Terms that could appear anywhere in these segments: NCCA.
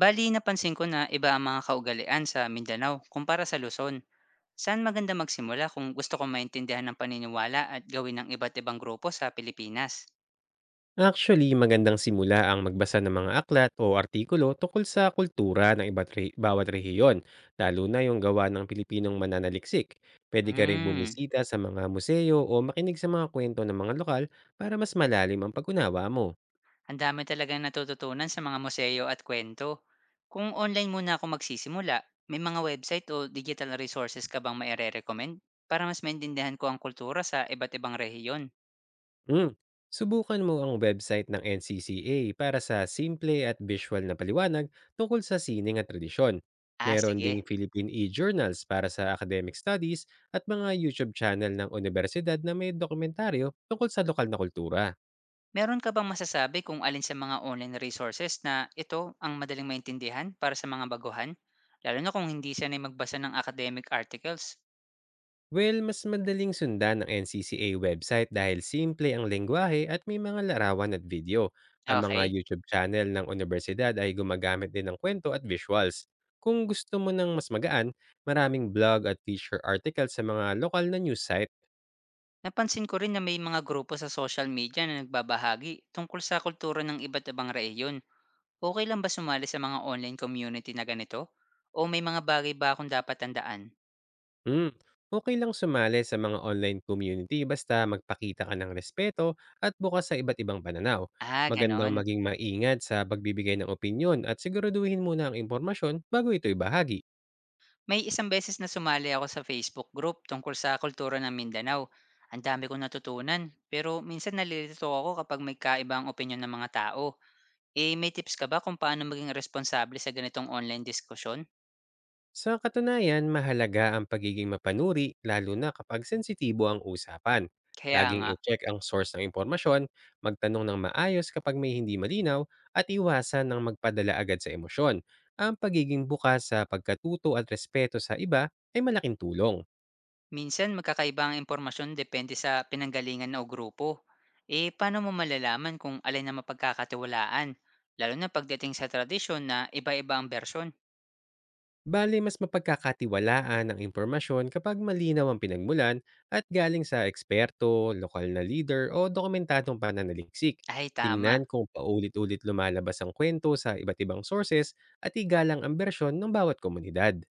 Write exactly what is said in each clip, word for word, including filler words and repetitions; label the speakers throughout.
Speaker 1: Bali, napansin ko na iba ang mga kaugalian sa Mindanao kumpara sa Luzon. Saan maganda magsimula kung gusto kong maintindihan ng paniniwala at gawin ng iba't ibang grupo sa Pilipinas?
Speaker 2: Actually, magandang simula ang magbasa ng mga aklat o artikulo tungkol sa kultura ng iba't re- bawat rehiyon, lalo na yung gawa ng Pilipinong mananaliksik. Pwede ka ring
Speaker 1: Hmm,
Speaker 2: bumisita sa mga museo o makinig sa mga kwento ng mga lokal para mas malalim ang pag-unawa mo.
Speaker 1: ang dami talagang natututunan sa mga museo at kwento. Kung online muna ako magsisimula, may mga website o digital resources ka bang maire-recommend para mas maintindihan ko ang kultura sa iba't ibang rehiyon?
Speaker 2: Hmm. Subukan mo ang website ng N C C A para sa simple at visual na paliwanag tungkol sa sining at tradisyon.
Speaker 1: Ah,
Speaker 2: Meron ding
Speaker 1: sige.
Speaker 2: Philippine e-journals para sa academic studies at mga YouTube channel ng universidad na may dokumentaryo tungkol sa lokal na kultura.
Speaker 1: Meron ka bang masasabi kung alin sa mga online resources na ito ang madaling maintindihan para sa mga baguhan? Lalo na kung hindi sanay magbasa ng academic articles.
Speaker 2: Well, mas madaling sundan ang N C C A website dahil simple ang lengguwahe at may mga larawan at video. Ang mga
Speaker 1: Okay?
Speaker 2: YouTube channel ng universidad ay gumagamit din ng kwento at visuals. Kung gusto mo ng mas magaan, maraming blog at teacher articles sa mga lokal na news site.
Speaker 1: Napansin ko rin na may mga grupo sa social media na nagbabahagi tungkol sa kultura ng iba't ibang rehiyon. Okey lang ba sumali sa mga online community na ganito? O may mga bagay ba akong dapat tandaan?
Speaker 2: Hmm, okay lang sumali sa mga online community basta magpakita ka ng respeto at bukas sa iba't ibang pananaw.
Speaker 1: Ah,
Speaker 2: Magandang
Speaker 1: gano'n.
Speaker 2: maging maingat sa pagbibigay ng opinyon at siguraduhin muna ang impormasyon bago ito ibahagi.
Speaker 1: May isang beses na sumali ako sa Facebook group tungkol sa kultura ng Mindanao. Ang dami kong natutunan, pero minsan nalilito ako kapag may kaibang opinion ng mga tao. Eh, may tips ka ba kung paano maging responsable sa ganitong online diskusyon?
Speaker 2: Sa katunayan, mahalaga ang pagiging mapanuri lalo na kapag sensitibo ang usapan.
Speaker 1: Kaya
Speaker 2: Laging
Speaker 1: nga,
Speaker 2: i-check ang source ng impormasyon, magtanong ng maayos kapag may hindi malinaw, at iwasan ng magpadala agad sa emosyon. Ang pagiging bukas sa pagkatuto at respeto sa iba ay malaking tulong.
Speaker 1: minsan magkakaiba ang impormasyon depende sa pinanggalingan o grupo. Eh, paano mo malalaman kung alin na mapagkakatiwalaan? Lalo na pagdating sa tradisyon na iba-iba ang version.
Speaker 2: Bale, mas mapagkakatiwalaan ang impormasyon kapag malinaw ang pinagmulan at galing sa eksperto, lokal na leader o dokumentadong pananaliksik.
Speaker 1: Ay, tama.
Speaker 2: Tingnan kung paulit-ulit lumalabas ang kwento sa iba't ibang sources at igalang ang bersyon ng bawat komunidad.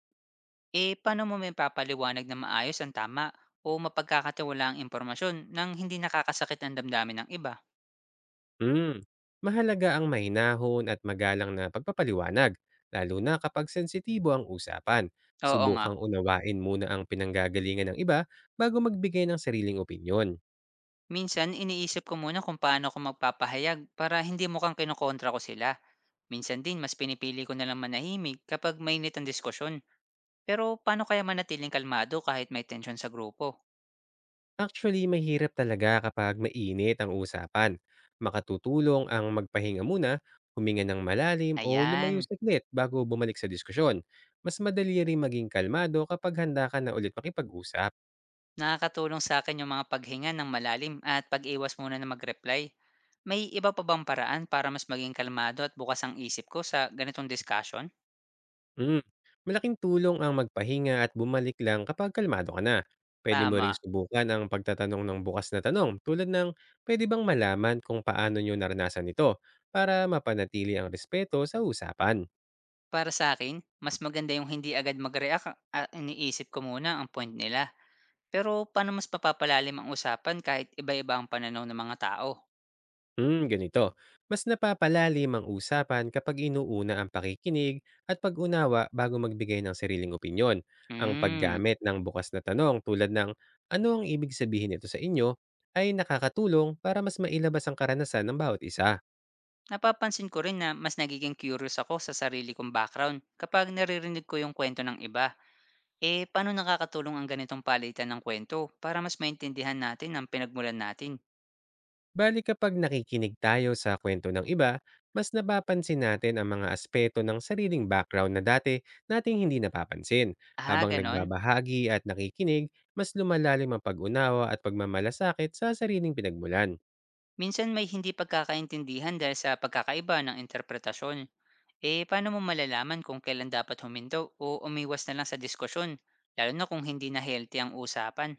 Speaker 1: Eh, paano mo maipapaliwanag ng maayos ang tama o mapagkakatiwalaang impormasyon nang hindi nakakasakit ang damdamin ng iba?
Speaker 2: Hmm. Mahalaga ang mahinahon at magalang na pagpapaliwanag, lalo na kapag sensitibo ang usapan.
Speaker 1: Oo nga.
Speaker 2: Subukang unawain muna ang pinanggagalingan ng iba bago magbigay ng sariling opinyon.
Speaker 1: Minsan, iniisip ko muna kung paano ko magpapahayag para hindi mukhang kinukontra ko sila. Minsan din, mas pinipili ko nalang manahimik kapag mainit ang diskusyon. Pero paano kaya manatiling kalmado kahit may tension sa grupo?
Speaker 2: Actually, mahirap talaga kapag mainit ang usapan. Makatutulong ang magpahinga muna, huminga ng malalim o lumayo
Speaker 1: Ayan.
Speaker 2: saglit bago bumalik sa diskusyon. Mas madali rin maging kalmado kapag handa ka na ulit makipag-usap.
Speaker 1: Nakakatulong sa akin yung mga paghinga ng malalim at pag-iwas muna ng mag-reply. May iba pa bang paraan para mas maging kalmado at bukas ang isip ko sa ganitong discussion?
Speaker 2: Mm. Malaking tulong ang magpahinga at bumalik lang kapag kalmado ka na. Pwede mo ring
Speaker 1: Tama.
Speaker 2: subukan ang pagtatanong ng bukas na tanong tulad ng pwede bang malaman kung paano nyo naranasan ito para mapanatili ang respeto sa usapan.
Speaker 1: Para sa akin mas maganda yung hindi agad mag-react at iniisip ko muna ang point nila. Pero paano mas mapapalalim ang usapan kahit iba-iba ang pananaw ng mga tao?
Speaker 2: Hmm, ganito. Mas napapalalim ang usapan kapag inuuna ang pakikinig at pag-unawa bago magbigay ng sariling opinyon. Ang
Speaker 1: Hmm,
Speaker 2: paggamit ng bukas na tanong tulad ng ano ang ibig sabihin nito sa inyo ay nakakatulong para mas mailabas ang karanasan ng bawat isa.
Speaker 1: napapansin ko rin na mas nagiging curious ako sa sarili kong background kapag naririnig ko yung kwento ng iba. Eh, paano nakakatulong ang ganitong palitan ng kwento para mas maintindihan natin ang pinagmulan natin?
Speaker 2: Bali kapag nakikinig tayo sa kwento ng iba, mas napapansin natin ang mga aspeto ng sariling background na dati nating hindi napapansin.
Speaker 1: Ah,
Speaker 2: Habang
Speaker 1: ganon.
Speaker 2: nagbabahagi at nakikinig, mas lumalalim ang pag-unawa at pagmamalasakit sa sariling pinagmulan.
Speaker 1: Minsan may hindi pagkakaintindihan dahil sa pagkakaiba ng interpretasyon. Eh, paano mo malalaman kung kailan dapat huminto o umiwas na lang sa diskusyon, lalo na kung hindi na healthy ang usapan?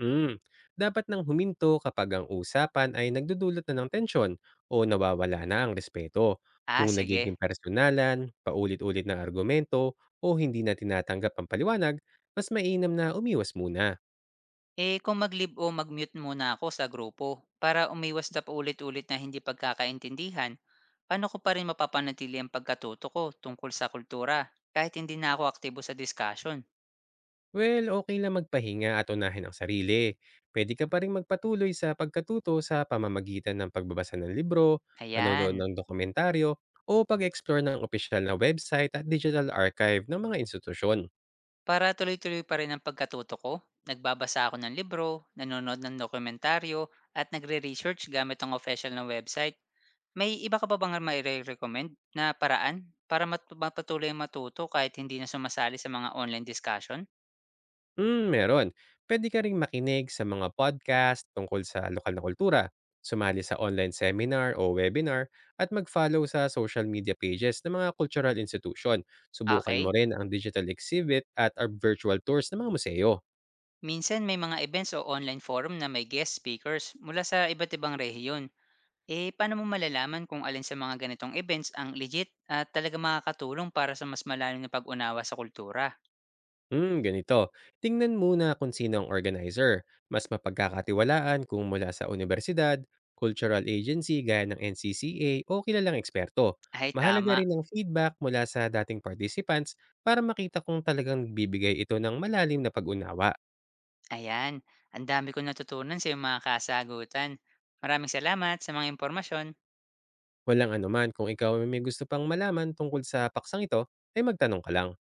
Speaker 2: Mm. Dapat nang huminto kapag ang usapan ay nagdudulot na ng tensyon o nawawala na ang respeto.
Speaker 1: Ah,
Speaker 2: Kung
Speaker 1: sige.
Speaker 2: nagiging personalan, paulit-ulit na argumento, o hindi na tinatanggap ang paliwanag, mas mainam na umiwas muna.
Speaker 1: Eh, kung mag-leave o mag-mute muna ako sa grupo para umiwas sa paulit-ulit na hindi pagkakaintindihan, paano ko pa rin mapapanatili ang pagkatuto ko tungkol sa kultura kahit hindi na ako aktibo sa discussion?
Speaker 2: Well, okay lang magpahinga at unahin ang sarili. Puwede ka pa ring magpatuloy sa pagkatuto sa pamamagitan ng pagbabasa ng libro, panonood
Speaker 1: Ayan.
Speaker 2: ng dokumentaryo, o pag-explore ng opisyal na website at digital archive ng mga institusyon.
Speaker 1: Para tuloy-tuloy pa rin ang pagkatuto ko, nagbabasa ako ng libro, nanonood ng dokumentaryo, at nagre-research gamit ang official na website. May iba ka pa bang maire-recommend na paraan para mat- mapatuloy matuto kahit hindi na sumasali sa mga online discussion?
Speaker 2: Hmm, meron. Puwede ka ring makinig sa mga podcast tungkol sa lokal na kultura, sumali sa online seminar o webinar, at mag-follow sa social media pages ng mga cultural institution. Subukan
Speaker 1: Okay.
Speaker 2: mo rin ang digital exhibit at, ah, virtual tours ng mga museo.
Speaker 1: Minsan may mga events o online forum na may guest speakers mula sa iba't ibang rehiyon. Eh, paano mo malalaman kung alin sa mga ganitong events ang legit at talaga makakatulong para sa mas malalim na pag-unawa sa kultura?
Speaker 2: Hmm, ganito. Tingnan muna kung sino ang organizer. Mas mapagkakatiwalaan kung mula sa universidad, cultural agency gaya ng N C C A o kilalang eksperto.
Speaker 1: Ay,
Speaker 2: Mahalaga
Speaker 1: tama.
Speaker 2: rin ang feedback mula sa dating participants para makita kung talagang bibigay ito ng malalim na pag-unawa.
Speaker 1: Ayan. Ang dami kong natutunan sa iyong mga kasagutan. Maraming salamat sa mga impormasyon.
Speaker 2: Walang anuman kung ikaw ay may gusto pang malaman tungkol sa paksang ito, ay magtanong ka lang.